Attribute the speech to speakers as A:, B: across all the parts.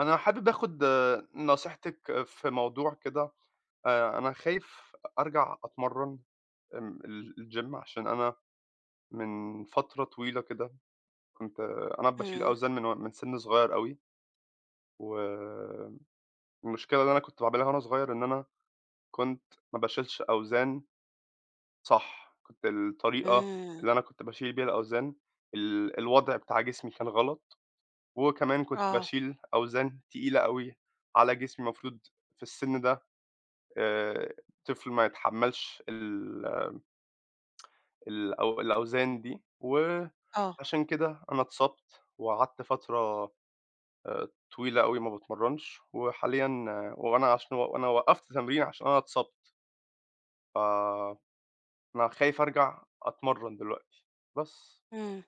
A: أنا حابب آخُد نصيحتِك في موضوع كده. أنا خايف أرجع أتمرّن، آمم ال الgym، عشان أنا من فترة طويلة كده كنت، أنا باشيل
B: إمم،
A: أوزان من سِن صغيّر أوي. والمشكلة اللي أنا كنت باعملها وأنا صغيّر إن أنا كنت ما باشيلش أوزان صح. كنت الطريقة
B: إمم،
A: اللي أنا كنت باشيل بيها الأوزان، الوضع بتاع جسمي كان غلط، وكمان كنت
B: آه،
A: باشيل أوزان تقيلة أوي على جسمي. المفروض في السِن ده آآ طفل ما يتحمّلش ال الأو الأوزان دي،
B: آه،
A: وعشان كده أنا اتصبت وقعدت فترة آآ طويلة أوي ما باتمرّنش. وحاليًا، وأنا عشان وأنا وقّفت تمرين عشان أنا اتصبت، فأنا خايف أرجع أتمرّن دلوقتي، بس.
B: إمم،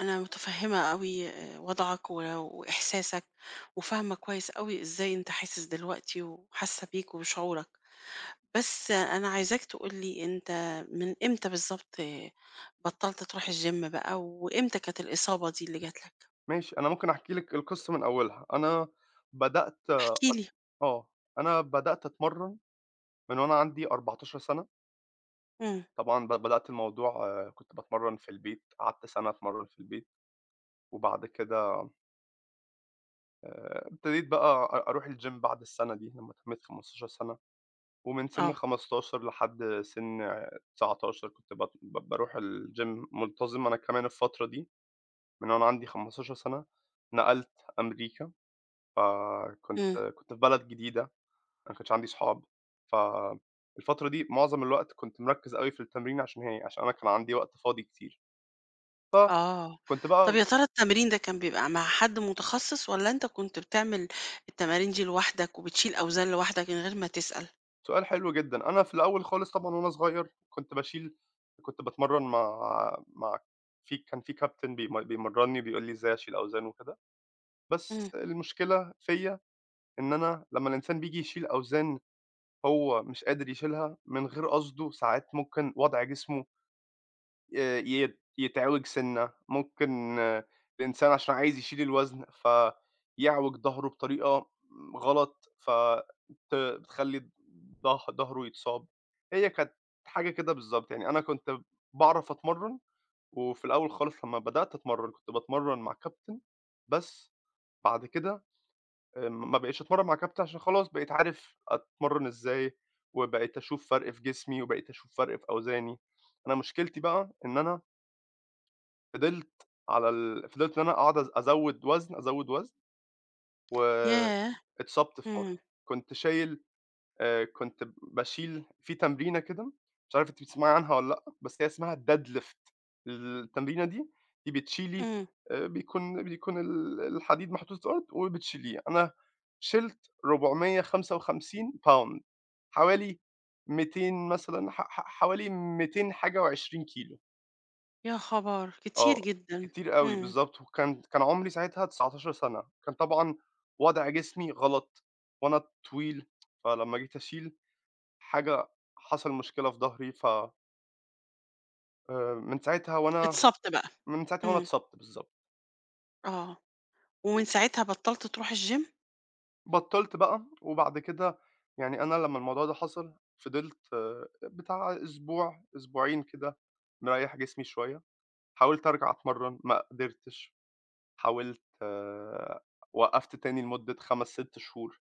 B: أنا متفهمة أوي آه، وضعك وإحساسك، وفاهمة كويس أوي إزاي أنت حاسس دلوقتي وحاسة بيك وبشعورك، بس أنا عايزاك تقول لي أنت من إمتى بالضبط بطلت تروح الgym بقى، وإمتى كانت الإصابة دي اللي جات لك؟
A: ماشي، أنا ممكن أحكي لِك القصة من أولها. بدأت
B: احكِ لي.
A: آه، أنا بدأت أتمرّن من وأنا عندي 14 سَنة.
B: إمم،
A: طبعًا بدأت الموضوع، كنت باتمرّن في البيت، قعدت سَنة أتمرّن في البيت. وبعد كده ابتديت بقى أروح الgym بعد السَنة دي لمّا تمِّيت 15 سَنة. ومن سِن
B: آه،
A: 15 لحد سِن 19 كنت بت ب باروح الgym مُنتظم. أنا كمان الفترة دي من وأنا عندي 15 سَنة نقلت أمريكا. فكنت
B: إمم،
A: كنت في بلد جديدة، أنا ما كانش عندي صحاب، فالفترة دي معظم الوقت كنت مركِّز أوي في التمرين، عشان هي عشان أنا كان عندي وقت فاضي كتير،
B: آه،
A: فكنت
B: طب
A: بقى.
B: يا ترى التمرين ده كان بيبقى مع حد متخصص والّا أنت كنت بتعمل التمارين دي لوحدك وبتشيل أوزان لوحدك من غير ما تسأل؟
A: سؤال حلو جدًا. أنا في الأول خالص طبعًا وأنا صغير كنت باتمرّن مع مع في كان في كابتن، بيمرّني، بيقول لي إزاي أشيل أوزان وكده.
B: إمم.
A: بس المشكلة فيّا إن أنا، لمّا الإنسان بييجي يشيل أوزان هو مش قادر يشيلها من غير قصده، ساعات ممكن وضع جسمه ي يتعوج سِنّة، ممكن، الإنسان عشان عايز يشيل الوزن فيعوج ضهره بطريقة غلط، بتخلّي ضهره يتصاب. هي كانت حاجة كده بالضبط، يعني أنا كنت باعرف أتمرّن. وفي الأول خالص لمّا بدأت أتمرّن كنت باتمرّن مع كابتن، بس بعد كده ما بقيتش أتمرّن مع كابتن، عشان خلاص بقيت عارف أتمرّن إزاي، وبقيت أشوف فرق في جسمي، وبقيت أشوف فرق في أوزاني. أنا مشكلتي بقى إن أنا فضلت على ال فضلت إن أنا أقعد أزوّد وزن، أزوّد وزن،
B: ياه!
A: واتصبت في
B: إمم،
A: مرّة. كنت شايل كنت باشيل في تمرينة كده، مش عارف أنتِ بتسمعي عنها والّا لأ، بس هي اسمها deadlift التمرينة دي. أنتِ بتشيلي،
B: إمم.
A: بيكون الحديد محطوط في الأرض وبتشيليه. أنا شِلت 455 باوند، حوالي 200 مثلًا، ح ح حوالي 200 حاجة و20 كيلو.
B: يا خبر! كتير
A: آه،
B: جدًا.
A: كتير أوي،
B: إمم.
A: بالضبط. وكان عُمري ساعتها 19 سَنة، كان طبعًا وضع جسمي غلط، وأنا طويل، فلمّا جيت أشيل حاجة حصل مشكلة في ضهري. ف من ساعتها وأنا
B: اتصبت بقى.
A: من ساعتها وأنا
B: إمم.
A: اتصبت بالضبط.
B: آه. ومن ساعتها بطّلت تروح الgym؟
A: بطّلت بقى. وبعد كده، يعني أنا لمّا الموضوع ده حصل فضلت، بتاع أسبوع، أسبوعين كده، مريّح جسمي شوية. حاولت أرجع أتمرّن، ما قدرتش. حاولت آه، وقّفت تاني لمدة 5، 6 شهور.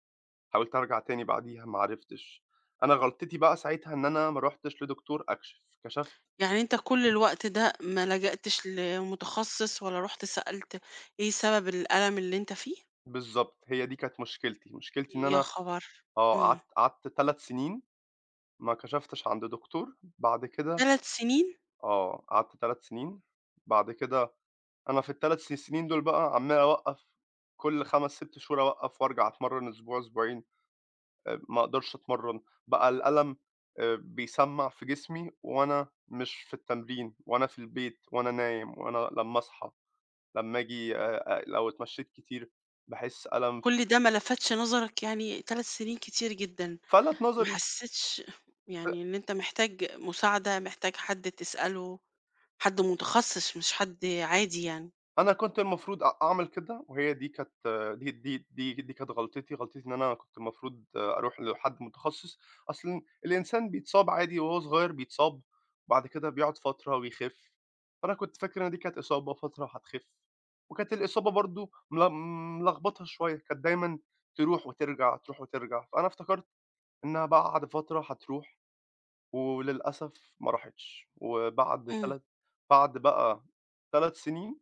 A: حاولت أرجع تاني بعديها ما عرفتش. أنا غلطتي بقى ساعتها إن أنا ما رُحتش لدكتور أكشف. كشفت
B: يعني أنت كل الوقت ده ما لجأتش لمتخصص ولا رُحت سألت إيه سبب الألم اللي أنت فيه؟
A: بالضبط، هي دي كانت مشكلتي. مشكلتي إن
B: يا
A: أنا،
B: خبر! إمم.
A: قعدت 3 سنين ما كشفتش عند دكتور. بعد كده،
B: 3 سنين؟
A: قعدت 3 سنين. بعد كده أنا في ال3 سنين دول بقى عمّال أوقّف. كل 5، 6 شهور أوقّف وأرجع أتمرّن أسبوع، أسبوعين، ما أقدرش أتمرّن. بقى الألم بيسمّع في جسمي، وأنا مش في التمرين، وأنا في البيت، وأنا نايم، وأنا لمّا أصحى، لمّا آجي، لو اتمشيت كتير باحس ألم.
B: كل ده ما لفتش نظرك يعني 3 سنين كتير جدًا.
A: فلَت
B: ما
A: نظري.
B: حسيتش يعني إن أنت محتاج مساعدة، محتاج حد تسأله، حد متخصص مش حد عادي يعني؟
A: أنا كنت المفروض أعمل كده، وهي دي كانت، دي كانت غلطتي. غلطتي إن أنا كنت المفروض أروح لحد متخصص. أصل الإنسان بيتصاب عادي وهو صغير بيتصاب، وبعد كده بيقعد فترة ويخف، فأنا كنت فاكر إن دي كانت إصابة فترة هتخف. وكانت الإصابة برضه ملخبطة شوية، كانت دايمًا تروح وترجع، تروح وترجع، فأنا افتكرت إنها بعد فترة هتروح، وللأسف ما راحتش. وبعد
B: إمم.
A: 3 بعد بقى 3 سنين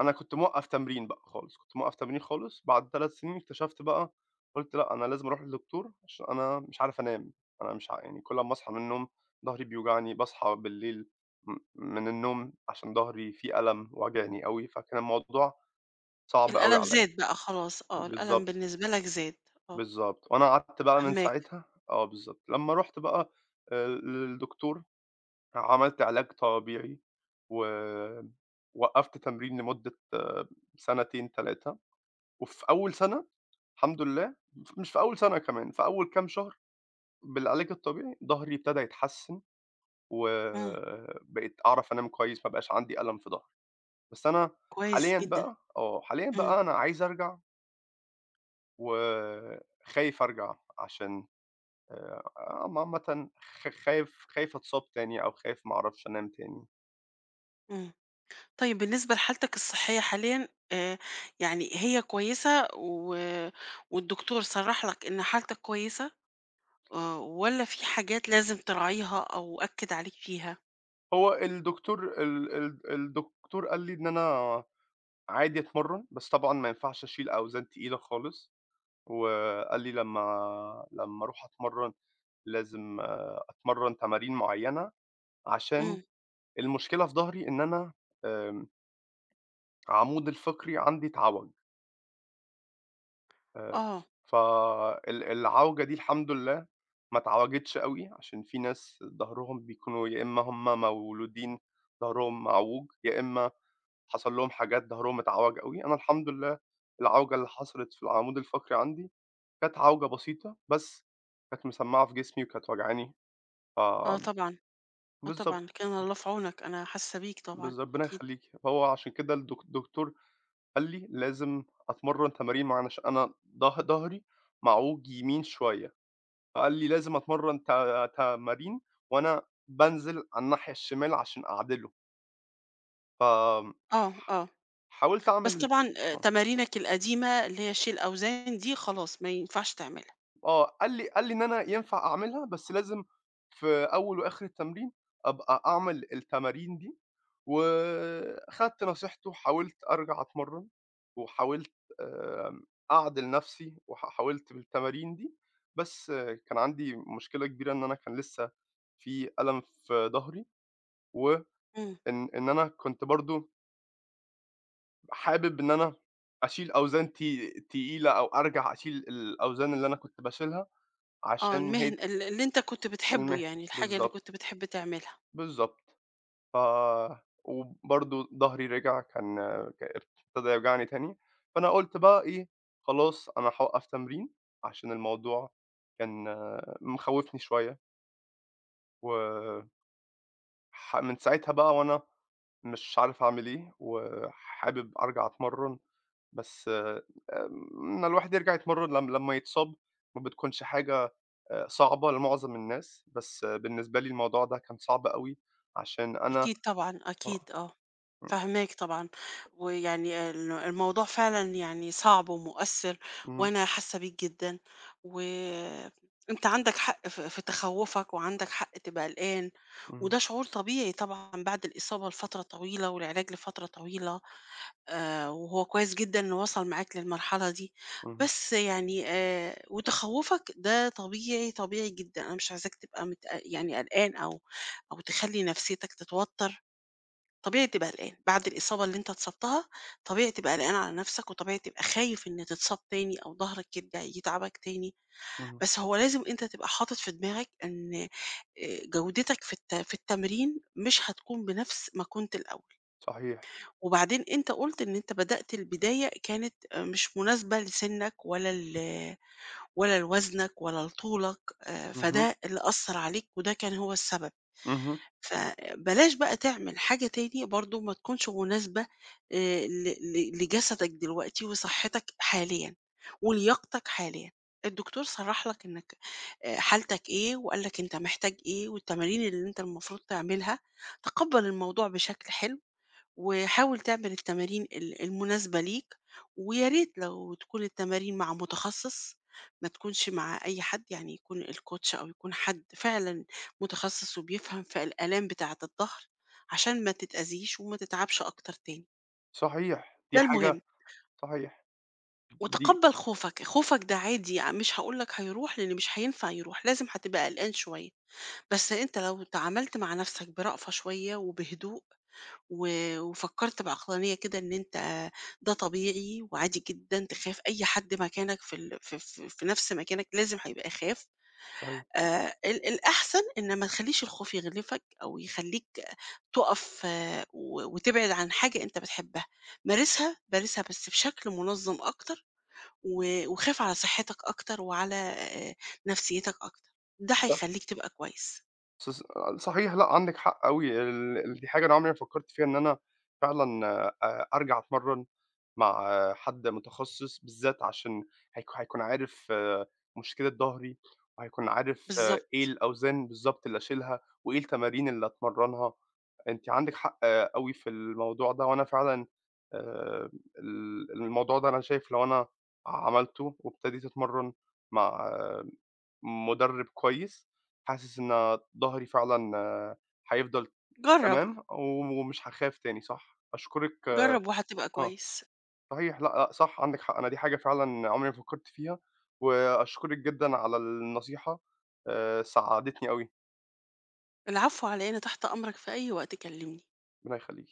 A: أنا كنت موقّف تمرين بقى خالص، كنت موقّف تمرين خالص. بعد 3 سنين اكتشفت بقى، قُلت لأ، أنا لازم أروح للدكتور عشان أنا مش عارف أنام. أنا مش ع يعني كل أمّا أصحى من النوم ضهري بيوجعني، باصحى بالليل من النوم عشان ضهري فيه ألم واجعني أوي. فكان الموضوع صعب أوي
B: الألم
A: عليّا.
B: زاد بقى خلاص آه، الألم
A: بالضبط،
B: بالنسبة لك زاد آه،
A: بالضبط. وأنا قعدت بقى من
B: فاهماك،
A: ساعتها، بالضبط. لمّا رُحت بقى للدكتور عملت علاج طبيعي، و وقّفت تمرين لمدة، سنتين، 3. وفي أول سَنة الحمد لله، مش في أول سَنة كمان، في أول كام شهر بالعلاج الطبيعي ضهري ابتدى يتحسّن،
B: إمم،
A: وبقيت أعرف أنام كويس، ما بقاش عندي ألم في ضهري. بس أنا
B: كويس
A: حاليًا
B: جدًا،
A: بقى، حاليًا
B: إمم،
A: بقى أنا عايز أرجع، وخايف أرجع عشان، عم عامةً، خ خايف خايف أتصاب تاني أو خايف ما أعرفش أنام تاني.
B: إمم. طيب بالنسبة لحالتك الصحية حاليًا يعني هي كويسة والدكتور صرّح لك إن حالتك كويسة والّا في حاجات لازم تراعيها أو أكّد عليك فيها؟
A: هو الدكتور، ال ال الدكتور قال لي إن أنا عادي أتمرّن، بس طبعًا ما ينفعش أشيل أوزان تقيلة خالص. وقال لي، لمّا أروح أتمرّن لازم، أتمرّن تمارين معيّنة، عشان
B: إمم،
A: المشكلة في ضهري إن أنا، آمم عمودي الفقري عندي اتعوج. آآ
B: آه،
A: ف ال العوجة دي الحمد لله ما اتعوجتش أوي، عشان في ناس ضهرهم بيكونوا يا إمّا هُم مولودين ضهرهم معوج، يا إمّا حصل لهم حاجات ضهرهم اتعوج أوي. أنا الحمد لله العوجة اللي حصلت في العمود الفقري عندي كانت عوجة بسيطة، بس كانت مسمّعة في جسمي وكانت واجعاني. ف
B: آه طبعًا، آه
A: بالضبط،
B: طبعًا، كان الله في عونك، أنا حاسة بيك طبعًا
A: ربنا
B: أكيد.
A: يخلّيكِ. فهو عشان كده، الدكتور قال لي لازم أتمرّن تمارين معيّنة، عشان أنا ضهري معوج يمين شوية. فقال لي لازم أتمرّن، تمارين وأنا بانزل على الناحية الشمال عشان أعدله. فآمم،
B: آه، آه،
A: حاولت
B: بس
A: أعمل
B: طبعًا
A: آه.
B: تمارينك القديمة اللي هي شيل أوزان دي خلاص ما ينفعش تعملها.
A: قال لي إن أنا ينفع أعملها، بس لازم في أول وآخر التمرين أبقى أعمل التمارين دي. وخدت نصيحته حاولت أرجع أتمرّن، وحاولت آمم، أعدِل نفسي حاولت بالتمارين دي، بس، كان عندي مشكلة كبيرة إن أنا كان لسه في ألم في ضهري، وإن
B: إمم.
A: إن أنا كنت برضه حابب إن أنا أشيل أوزان تقيلة، أو أرجع أشيل الأوزان اللي أنا كنت باشيلها،
B: آه،
A: عشان
B: المهن
A: هي
B: اللي أنت كنت بتحبه
A: المهنة،
B: يعني، الحاجة اللي
A: بالضبط،
B: كنت بتحب تعملها.
A: بالضبط. ف وبرضه ضهري رِجع كان، ابتدى يوجعني تاني، فأنا قُلت بقى إيه، خلاص أنا هاوقّف تمرين، عشان الموضوع كان، مخوّفني شوية. وح من ساعتها بقى وأنا مش عارف أعمل إيه، وحابب أرجع أتمرّن، بس إن الواحد يرجع يتمرّن لم لمّا يتصاب ما بتكونش حاجة صعبة لمُعظم الناس، بس، بالنسبة لي الموضوع ده كان صعب أوي عشان أنا،
B: أكيد طبعًا،
A: آه،
B: أكيد آه،
A: إمم،
B: فاهماك طبعًا، ويعني الموضوع فعلًا يعني صعب ومؤثر،
A: اهم،
B: وأنا حاسة بيك جدًا، وأنت عندك حق في تخوفك، وعندك حق تبقى قلقان،
A: اهم،
B: وده شعور طبيعي طبعًا بعد الإصابة لفترة طويلة والعلاج لفترة طويلة، وهو كويس جدًا إنه وصل معاك للمرحلة دي،
A: اهم،
B: بس يعني وتخوفك ده طبيعي، طبيعي جدًا، أنا مش عايزاك تبقى يعني قلقان أو تخلّي نفسيتك تتوتّر، طبيعي تبقى قلقان، بعد الإصابة اللي أنت اتصبتها طبيعي تبقى قلقان على نفسك، وطبيعي تبقى خايف إن تتصاب تاني أو ضهرك يرجع يتعبك تاني،
A: اهم.
B: بس هو لازم أنت تبقى حاطط في دماغك إن جودتك في التمرين مش هتكون بنفس ما كنت الأول،
A: صحيح،
B: وبعدين أنت قُلت إن أنت بدأت البداية كانت آه، مش مناسبة لسنّك ولا لوزنك ولا لطولك
A: اهم،
B: فده اللي أثّر عليك وده كان هو السبب.
A: اهم.
B: فبلاش بقى تعمل حاجة تاني برضه ما تكونش مناسبة ل ل لجسدك دلوقتي وصحتك حاليًا، ولياقتك حاليًا. الدكتور صرح لك إنك حالتك إيه، وقال لك أنت محتاج إيه، والتمارين اللي أنت المفروض تعملها. تقبّل الموضوع بشكل حلو وحاول تعمل التمارين المناسبة ليك ويا ريت لو تكون التمارين مع متخصص ما تكونش مع أي حد يعني يكون الكوتش أو يكون حد فعلا متخصص وبيفهم في الآلام بتاعة الظهر عشان ما تتأذيش وما تتعبش أكتر تاني
A: صحيح،
B: ده
A: دي حاجة.
B: المهم
A: صحيح، دي.
B: وتقبل خوفك خوفك ده عادي يعني مش هقولك هيروح لأن مش هينفع يروح لازم هتبقى قلقان شوية بس انت لو تعاملت مع نفسك برأفة شوية وبهدوء وفكرت بعقلانية كده إن أنت ده طبيعي وعادي جدا تخاف أي حد مكانك في ال... في... في في نفس مكانك لازم هيبقى يخاف
A: صحيح،
B: آه الأحسن إن ما تخليش الخوف يغلفك أو يخليك تقف آه، وتبعد عن حاجة أنت بتحبها مارسها مارسها بس بشكل منظم أكتر وخاف على صحتك أكتر وعلى آه، نفسيتك أكتر ده
A: صح
B: هيخليك تبقى كويس
A: ص ص صحيح. لأ، عندِك حق أوي. دي حاجة أنا عمري ما فكّرت فيها، إن أنا فعلًا أرجع أتمرّن مع حد متخصص، بالذات عشان هيكون عارف مشكلة ضهري، وهيكون عارف إيه
B: بالظبط
A: الأوزان بالضبط اللي أشيلها، وإيه التمارين اللي أتمرّنها. أنتِ عندِك حق أوي في الموضوع ده، وأنا فعلًا آآ ال الموضوع ده أنا شايف، لو أنا عملته وابتديت أتمرّن مع، مُدرِّب كويس، حاسس إن ضهري فعلًا، هيفضل
B: جرب
A: تمام ومش هاخاف تاني. صح، أشكرِك.
B: جرب وهتبقى
A: آه،
B: كويس
A: صحيح. لأ، لأ صح، عندِك حق. أنا دي حاجة فعلًا عمري ما فكّرت فيها، وأشكرِك جدًا على النصيحة. ساعدتني أوي.
B: العفو على إيه، أنا تحت أمرك في أي وقت كلمني.
A: ربنا يخلّيكِ.